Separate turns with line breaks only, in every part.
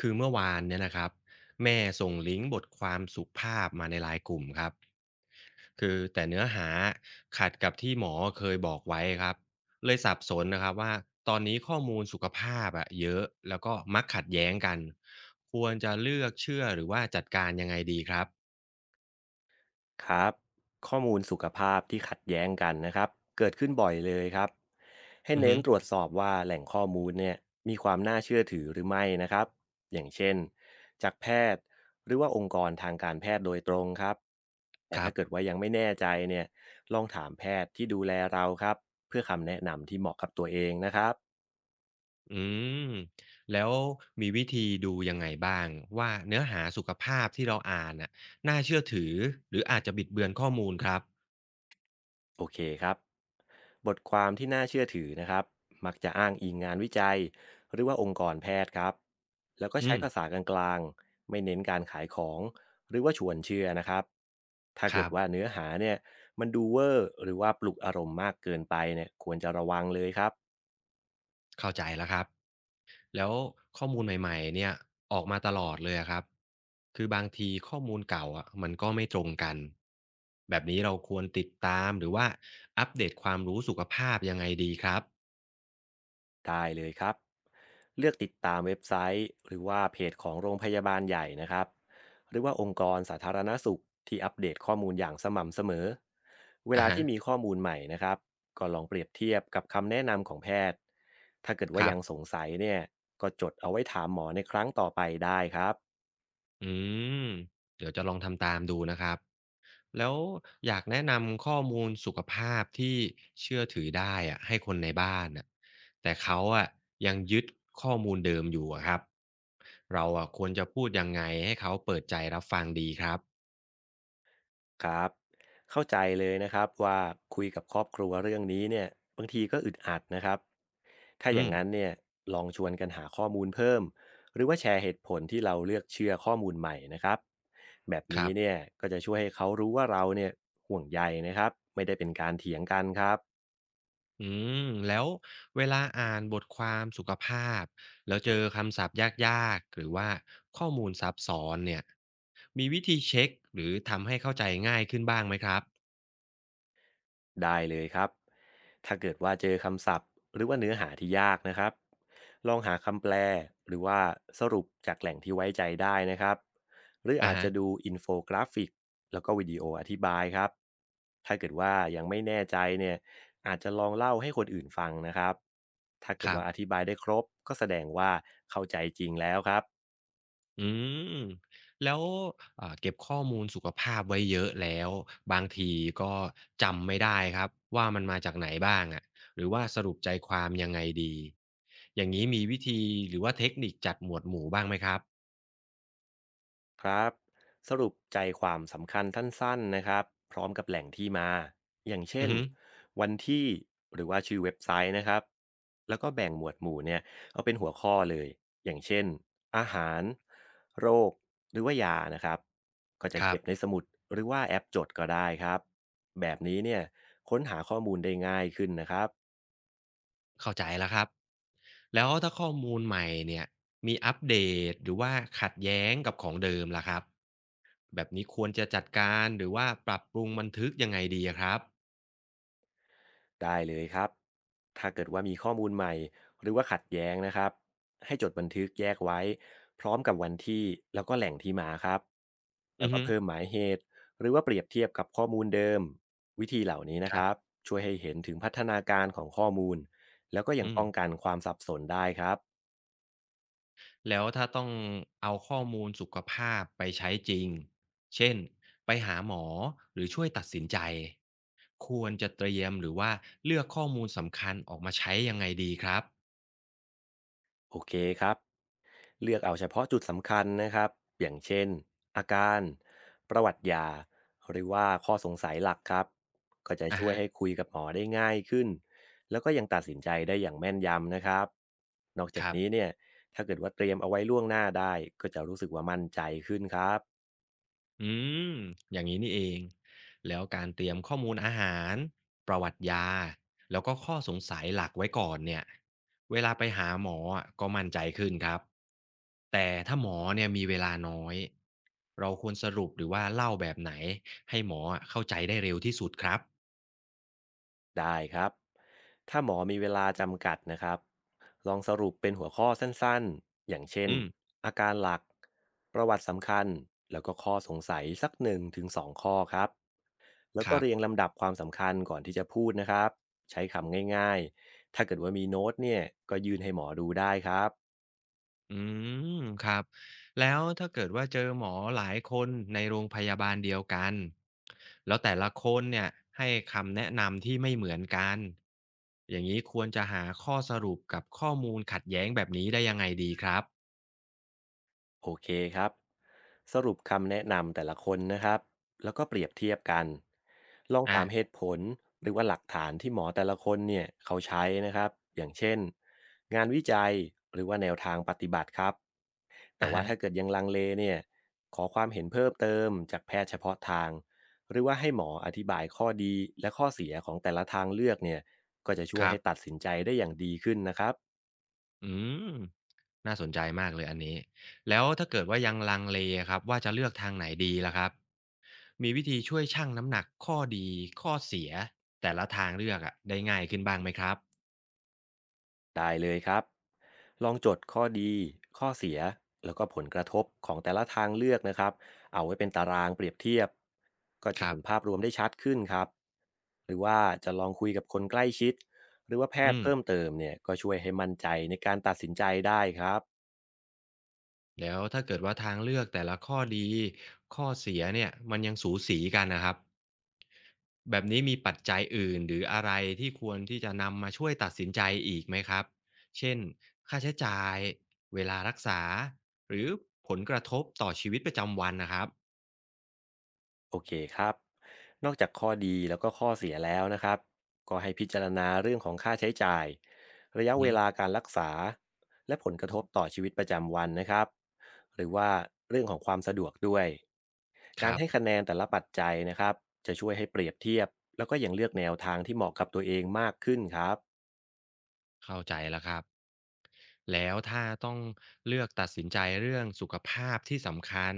คือเมื่อวานเนี่ยนะครับแม่ส่งลิงก์บทความสุภาพมาในไลน์กลุ่มครับคือแต่เนื้อหาขัดกับที่หมอเคยบอกไว้ครับเลยสับสนนะครับว่าตอนนี้ข้อมูลสุขภาพอะเยอะแล้วก็มักขัดแย้งกันควรจะเลือกเชื่อหรือว่าจัดการยังไงดีครับ
ครับข้อมูลสุขภาพที่ขัดแย้งกันนะครับเกิดขึ้นบ่อยเลยครับให้
อือ
เน้
ฮึ
นตรวจสอบว่าแหล่งข้อมูลเนี่ยมีความน่าเชื่อถือหรือไม่นะครับอย่างเช่นจากแพทย์หรือว่าองค์กรทางการแพทย์โดยตรงครับแต่
ครั
ถ้า
บ
เกิดว่ายังไม่แน่ใจเนี่ยลองถามแพทย์ที่ดูแลเราครับเพื่อคำแนะนำที่เหมาะกับตัวเองนะครับ
อืมแล้วมีวิธีดูยังไงบ้างว่าเนื้อหาสุขภาพที่เราอ่านน่ะน่าเชื่อถือหรืออาจจะบิดเบือนข้อมูลครับ
โอเคครับ บทความที่น่าเชื่อถือนะครับมักจะอ้างอิงงานวิจัยหรือว่าองค์กรแพทย์ครับ แล้วก็
อื
ใช้
ม
ภาษากลางๆ ไม่เน้นการขายของหรือว่าชวนเชื่อนะครับถ้า
ค
เกิ
รั
ด
บ
ว่าเนื้อหาเนี่ยมันดูเวอร์หรือว่าปลุกอารมณ์มากเกินไปเนี่ยควรจะระวังเลยครับ
เข้าใจแล้วครับแล้วข้อมูลใหม่ๆเนี่ยออกมาตลอดเลยอะครับคือบางทีข้อมูลเก่าอะมันก็ไม่ตรงกันแบบนี้เราควรติดตามหรือว่าอัปเดตความรู้สุขภาพยังไงดีครับ
ได้เลยครับเลือกติดตามเว็บไซต์หรือว่าเพจของโรงพยาบาลใหญ่นะครับหรือว่าองค์กรสาธารณสุขที่อัปเดตข้อมูลอย่างสม่ำเสมอเว
อะ
ลา
ฮะ
ที่มีข้อมูลใหม่นะครับก็ลองเปรียบเทียบกับคำแนะนำของแพทย์ถ้าเกิด
ค
ว่า
รั
ยั
บ
งสงสัยเนี่ยก็จดเอาไว้ถามหมอในครั้งต่อไปได้ครับ
อืมเดี๋ยวจะลองทำตามดูนะครับ แล้วอยากแนะนำข้อมูลสุขภาพที่เชื่อถือได้อะให้คนในบ้านน่ะแต่เขาอะยังยึดข้อมูลเดิมอยู่อะครับเราอะควรจะพูดยังไงให้เขาเปิดใจรับฟังดีครับ
ครับเข้าใจเลยนะครับว่าคุยกับครอบครัวเรื่องนี้เนี่ยบางทีก็อึดอัดนะครับถ้าอ
อื
ย่าง
ม
นั้นเนี่ยลองชวนกันหาข้อมูลเพิ่มหรือว่าแชร์เหตุผลที่เราเลือกเชื่อข้อมูลใหม่นะครับแบบ
ค
นี้
รับ
เนี่ยก็จะช่วยให้เขารู้ว่าเราเนี่ยห่วงใยนะครับไม่ได้เป็นการเถียงกันครับ
อืมแล้วเวลาอ่านบทความสุขภาพแล้วเจอคำศัพท์ยากๆหรือว่าข้อมูลซับซ้อนเนี่ยมีวิธีเช็คหรือทำให้เข้าใจง่ายขึ้นบ้างไหมครับ
ได้เลยครับถ้าเกิดว่าเจอคำศัพท์หรือว่าเนื้อหาที่ยากนะครับลองหาคำแปลหรือว่าสรุปจากแหล่งที่ไว้ใจได้นะครับหรือ
อ่ะ
อาจ
ฮะ
จะดูอินโฟกราฟิกแล้วก็วิดีโออธิบายครับถ้าเกิดว่ายังไม่แน่ใจเนี่ยอาจจะลองเล่าให้คนอื่นฟังนะครับถ้าเกิ
ค
ด
รับ
ว่าอธิบายได้ครบก็แสดงว่าเข้าใจจริงแล้วครับ
อืมแล้วเก็บข้อมูลสุขภาพไว้เยอะแล้วบางทีก็จำไม่ได้ครับว่ามันมาจากไหนบ้างอะหรือว่าสรุปใจความยังไงดีอย่างนี้มีวิธีหรือว่าเทคนิคจัดหมวดหมู่บ้างไหมครับ
ครับสรุปใจความสำคัญสั้นๆนะครับพร้อมกับแหล่งที่มาอย่างเช่
อือ
น
ฮึ
วันที่หรือว่าชื่อเว็บไซต์นะครับแล้วก็แบ่งหมวดหมู่เนี่ยเอาเป็นหัวข้อเลยอย่างเช่นอาหารโรคหรือว่ายานะครับก็จะ
ครั
เก็
บ
บในสมุดหรือว่าแอปจดก็ได้ครับแบบนี้เนี่ยค้นหาข้อมูลได้ง่ายขึ้นนะครับ
เข้าใจแล้วครับแล้วถ้าข้อมูลใหม่เนี่ยมีอัปเดตหรือว่าขัดแย้งกับของเดิมล่ะครับแบบนี้ควรจะจัดการหรือว่าปรับปรุงบันทึกยังไงดีอะครับ
ได้เลยครับ ถ้าเกิดว่ามีข้อมูลใหม่หรือว่าขัดแย้งนะครับ ให้จดบันทึกแยกไว้พร้อมกับวันที่แล้วก็แหล่งที่มาครับแล้
อื
ว
อ
ก็
ฮึ
เพิ่มหมายเหตุหรือว่าเปรียบเทียบกับข้อมูลเดิมวิธีเหล่านี้นะ
ค
ค
รั
รับ
บ
ช่วยให้เห็นถึงพัฒนาการของข้อมูลแล้วก็ยัง
อืม
ป้องกันความสับสนได้ครับ
แล้วถ้าต้องเอาข้อมูลสุขภาพไปใช้จริง เช่นไปหาหมอหรือช่วยตัดสินใจ ควรจะเตรียมหรือว่าเลือกข้อมูลสำคัญออกมาใช้ยังไงดีครับ
โอเคครับ เลือกเอาเฉพาะจุดสำคัญนะครับอย่างเช่นอาการประวัติยาหรือว่าข้อสงสัยหลักครับก็จะ
อะ
ช่วย
ฮะ
ให้คุยกับหมอได้ง่ายขึ้นแล้วก็ยังตัดสินใจได้อย่างแม่นยำนะครับนอก
ค
จาก
รั
นี้
บ
เนี่ยถ้าเกิดว่าเตรียมเอาไว้ล่วงหน้าได้ก็จะรู้สึกว่ามั่นใจขึ้นครับ
อืมอย่างนี้นี่เองแล้วการเตรียมข้อมูลอาหารประวัติยาแล้วก็ข้อสงสัยหลักไว้ก่อนเนี่ยเวลาไปหาหมออะก็มั่นใจขึ้นครับแต่ถ้าหมอเนี่ยมีเวลาน้อยเราควรสรุปหรือว่าเล่าแบบไหนให้หมออะเข้าใจได้เร็วที่สุดครับ
ได้ครับ ถ้าหมอมีเวลาจำกัดนะครับ ลองสรุปเป็นหัวข้อสั้นๆ อย่างเช่น
อืม
อาการหลัก ประวัติสำคัญ แล้วก็ข้อสงสัยสักหนึ่งถึงสองข้อครับ แล้ว
ค
ก็
รั
เรียง
บ
ลำดับความสำคัญก่อนที่จะพูดนะครับ ใช้คำง่ายๆ ถ้าเกิดว่ามีโน้ตเนี่ย ก็ยื่นให้หมอดูได้ครับ
อืมครับแล้วถ้าเกิดว่าเจอหมอหลายคนในโรงพยาบาลเดียวกันแล้วแต่ละคนเนี่ยให้คำแนะนำที่ไม่เหมือนกันอย่างนี้ควรจะหาข้อสรุปกับข้อมูลขัดแย้งแบบนี้ได้ยังไงดีครับ
โอเคครับสรุปคำแนะนำแต่ละคนนะครับแล้วก็เปรียบเทียบกันลอง
อ่ะ
ถามเหตุผลหรือว่าหลักฐานที่หมอแต่ละคนเนี่ยเขาใช้นะครับอย่างเช่นงานวิจัยหรือว่าแนวทางปฏิบัติครับแต่
อ่ะ
ว่า
ฮะ
ถ้าเกิดยังลังเลเนี่ยขอความเห็นเพิ่มเติมจากแพทย์เฉพาะทางหรือว่าให้หมออธิบายข้อดีและข้อเสียของแต่ละทางเลือกเนี่ยก็จะช่ว
ค
ย
รั
ให้
บ
ตัดสินใจได้อย่างดีขึ้นนะครับ
อืมน่าสนใจมากเลยอันนี้แล้วถ้าเกิดว่ายังลังเลครับว่าจะเลือกทางไหนดีล่ะครับมีวิธีช่วยชั่งน้ำหนักข้อดีข้อเสียแต่ละทางเลือกอะได้ง่ายขึ้นบ้างไหมครับ
ได้เลยครับ ลองจดข้อดี ข้อเสีย แล้วก็ผลกระทบของแต่ละทางเลือกนะครับเอาไว้เป็นตารางเปรียบเทียบ ก็จะ
ครั
เห็นภาพ
บ
รวมได้ชัดขึ้นครับ หรือว่าจะลองคุยกับคนใกล้ชิด หรือว่าแพท
อื
ย์
ม
เพิ่มเติมเนี่ยก็ช่วยให้มั่นใจในการตัดสินใจได้ครับ
แล้วถ้าเกิดว่าทางเลือกแต่ละข้อดี ข้อเสียเนี่ยมันยังสูสีกันนะครับ แบบนี้มีปัจจัยอื่นหรืออะไรที่ควรที่จะนำมาช่วยตัดสินใจอีกไหมครับ เช่น ค่าใช้จ่าย เวลารักษา หรือผลกระทบต่อชีวิตประจำวันนะครับ
โอเคครับนอกจากข้อดีแล้วก็ข้อเสียแล้วนะครับก็ให้พิจารณาเรื่องของค่าใช้จ่ายระยะ
อือ
เว
ฮึ
ลาการรักษาและผลกระทบต่อชีวิตประจำวันนะครับหรือว่าเรื่องของความสะดวกด้วย
ค
การ
รั
ให้คะ
บ
แนนแต่ละปัจจัยนะครับจะช่วยให้เปรียบเทียบแล้วก็ยังเลือกแนวทางที่เหมาะกับตัวเองมากขึ้นครับ
เข้าใจแล้วครับแล้วถ้าต้องเลือกตัดสินใจเรื่องสุขภาพที่สำคัญ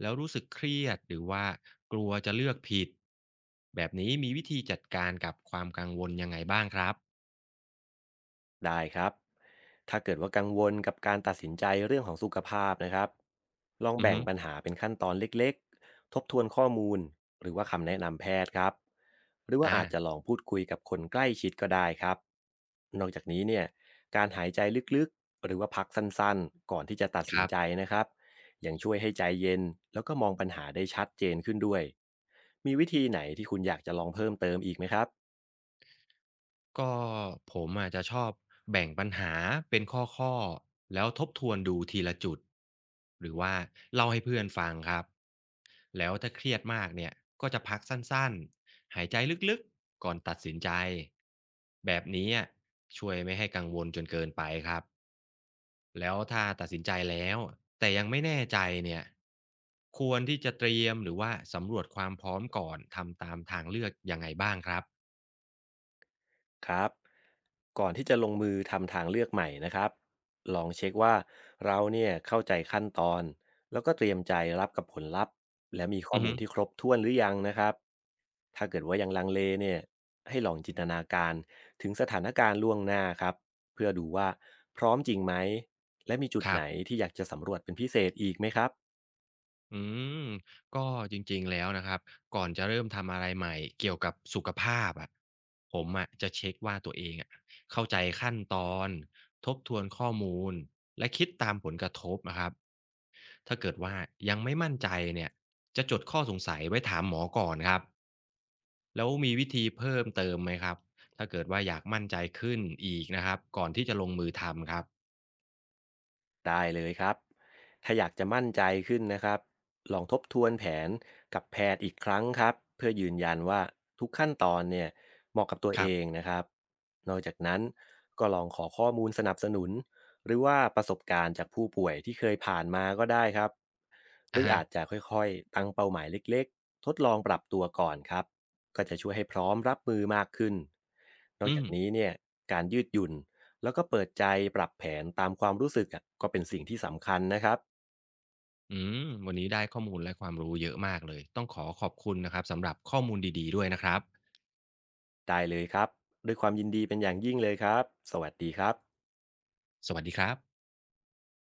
แล้วรู้สึกเครียดหรือว่ากลัวจะเลือกผิดแบบนี้มีวิธีจัดการกับความกังวลยังไงบ้างครับ
ได้ครับถ้าเกิดว่ากังวลกับการตัดสินใจเรื่องของสุขภาพนะครับลอง
อือ
แบ่ง
ฮึ
ปัญหาเป็นขั้นตอนเล็กๆ ทบทวนข้อมูลหรือว่าคำแนะนำแพทย์ครับหรือว่า
อ่า
อาจจะลองพูดคุยกับคนใกล้ชิดก็ได้ครับนอกจากนี้เนี่ยการหายใจลึกๆ หรือว่าพักสั้นๆก่อนที่จะตัด
ค
สิน
รั
ใจ
บ
นะครับยังช่วยให้ใจเย็นแล้วก็มองปัญหาได้ชัดเจนขึ้นด้วย มีวิธีไหนที่คุณอยากจะลองเพิ่มเติมอีกไหมครับ
ก็ผมอาจจะชอบแบ่งปัญหาเป็นข้อๆแล้วทบทวนดูทีละจุดหรือว่าเล่าให้เพื่อนฟังครับ แล้วถ้าเครียดมากเนี่ยก็จะพักสั้นๆ หายใจลึกๆ ก่อนตัดสินใจแบบนี้อะช่วยไม่ให้กังวลจนเกินไปครับแล้วถ้าตัดสินใจแล้วแต่ยังไม่แน่ใจเนี่ยควรที่จะเตรียมหรือว่าสำรวจความพร้อมก่อนทำตามทางเลือกยังไงบ้างครับ
ครับก่อนที่จะลงมือทำทางเลือกใหม่นะครับลองเช็คว่าเราเนี่ยเข้าใจขั้นตอนแล้วก็เตรียมใจรับกับผลลัพธ์และมีข้อ
อือ
มู
ฮึ
ลที่ครบถ้วนหรือยังนะครับถ้าเกิดว่ายังลังเลเนี่ยให้ลองจินตนาการถึงสถานการณ์ล่วงหน้าครับเพื่อดูว่าพร้อมจริงไหมและมีจุด
ครั
ไหน
บ
ที่อยากจะสำรวจเป็นพิเศษอีกไหมครับ
อืมก็จริงๆแล้วนะครับก่อนจะเริ่มทำอะไรใหม่เกี่ยวกับสุขภาพอะผมอะจะเช็คว่าตัวเองอะเข้าใจขั้นตอนทบทวนข้อมูลและคิดตามผลกระทบนะครับถ้าเกิดว่ายังไม่มั่นใจเนี่ยจะจดข้อสงสัยไว้ถามหมอก่อนครับแล้วมีวิธีเพิ่มเติมไหมครับถ้าเกิดว่าอยากมั่นใจขึ้นอีกนะครับก่อนที่จะลงมือทำครับ
ได้เลยครับ ถ้าอยากจะมั่นใจขึ้นนะครับลองทบทวนแผนกับแพทย์อีกครั้งครับเพื่อยืนยันว่าทุกขั้นตอนเนี่ยเหมาะกับตัว
ค
เอ
รับ
งนะครับนอกจากนั้นก็ลองขอข้อมูลสนับสนุนหรือว่าประสบการณ์จากผู้ป่วยที่เคยผ่านมาก็ได้ครับห
อะ
รือ
ฮะ
อาจจะค่อยๆตั้งเป้าหมายเล็กๆทดลองปรับตัวก่อนครับก็จะช่วยให้พร้อมรับมือมากขึ้นนอก
อื
จา
ม
กนี้เนี่ยการยืดหยุ่น แล้วก็เปิดใจปรับแผนตามความรู้สึกอะก็เป็นสิ่งที่สำคัญนะครับ
อืมวันนี้ได้ข้อมูลและความรู้เยอะมากเลยต้องขอขอบคุณนะครับสำหรับข้อมูลดีๆด้วยนะครับ
ได้เลยครับด้วยความยินดีเป็นอย่างยิ่งเลยครับสวัสดีครับ
สวัสดีครับ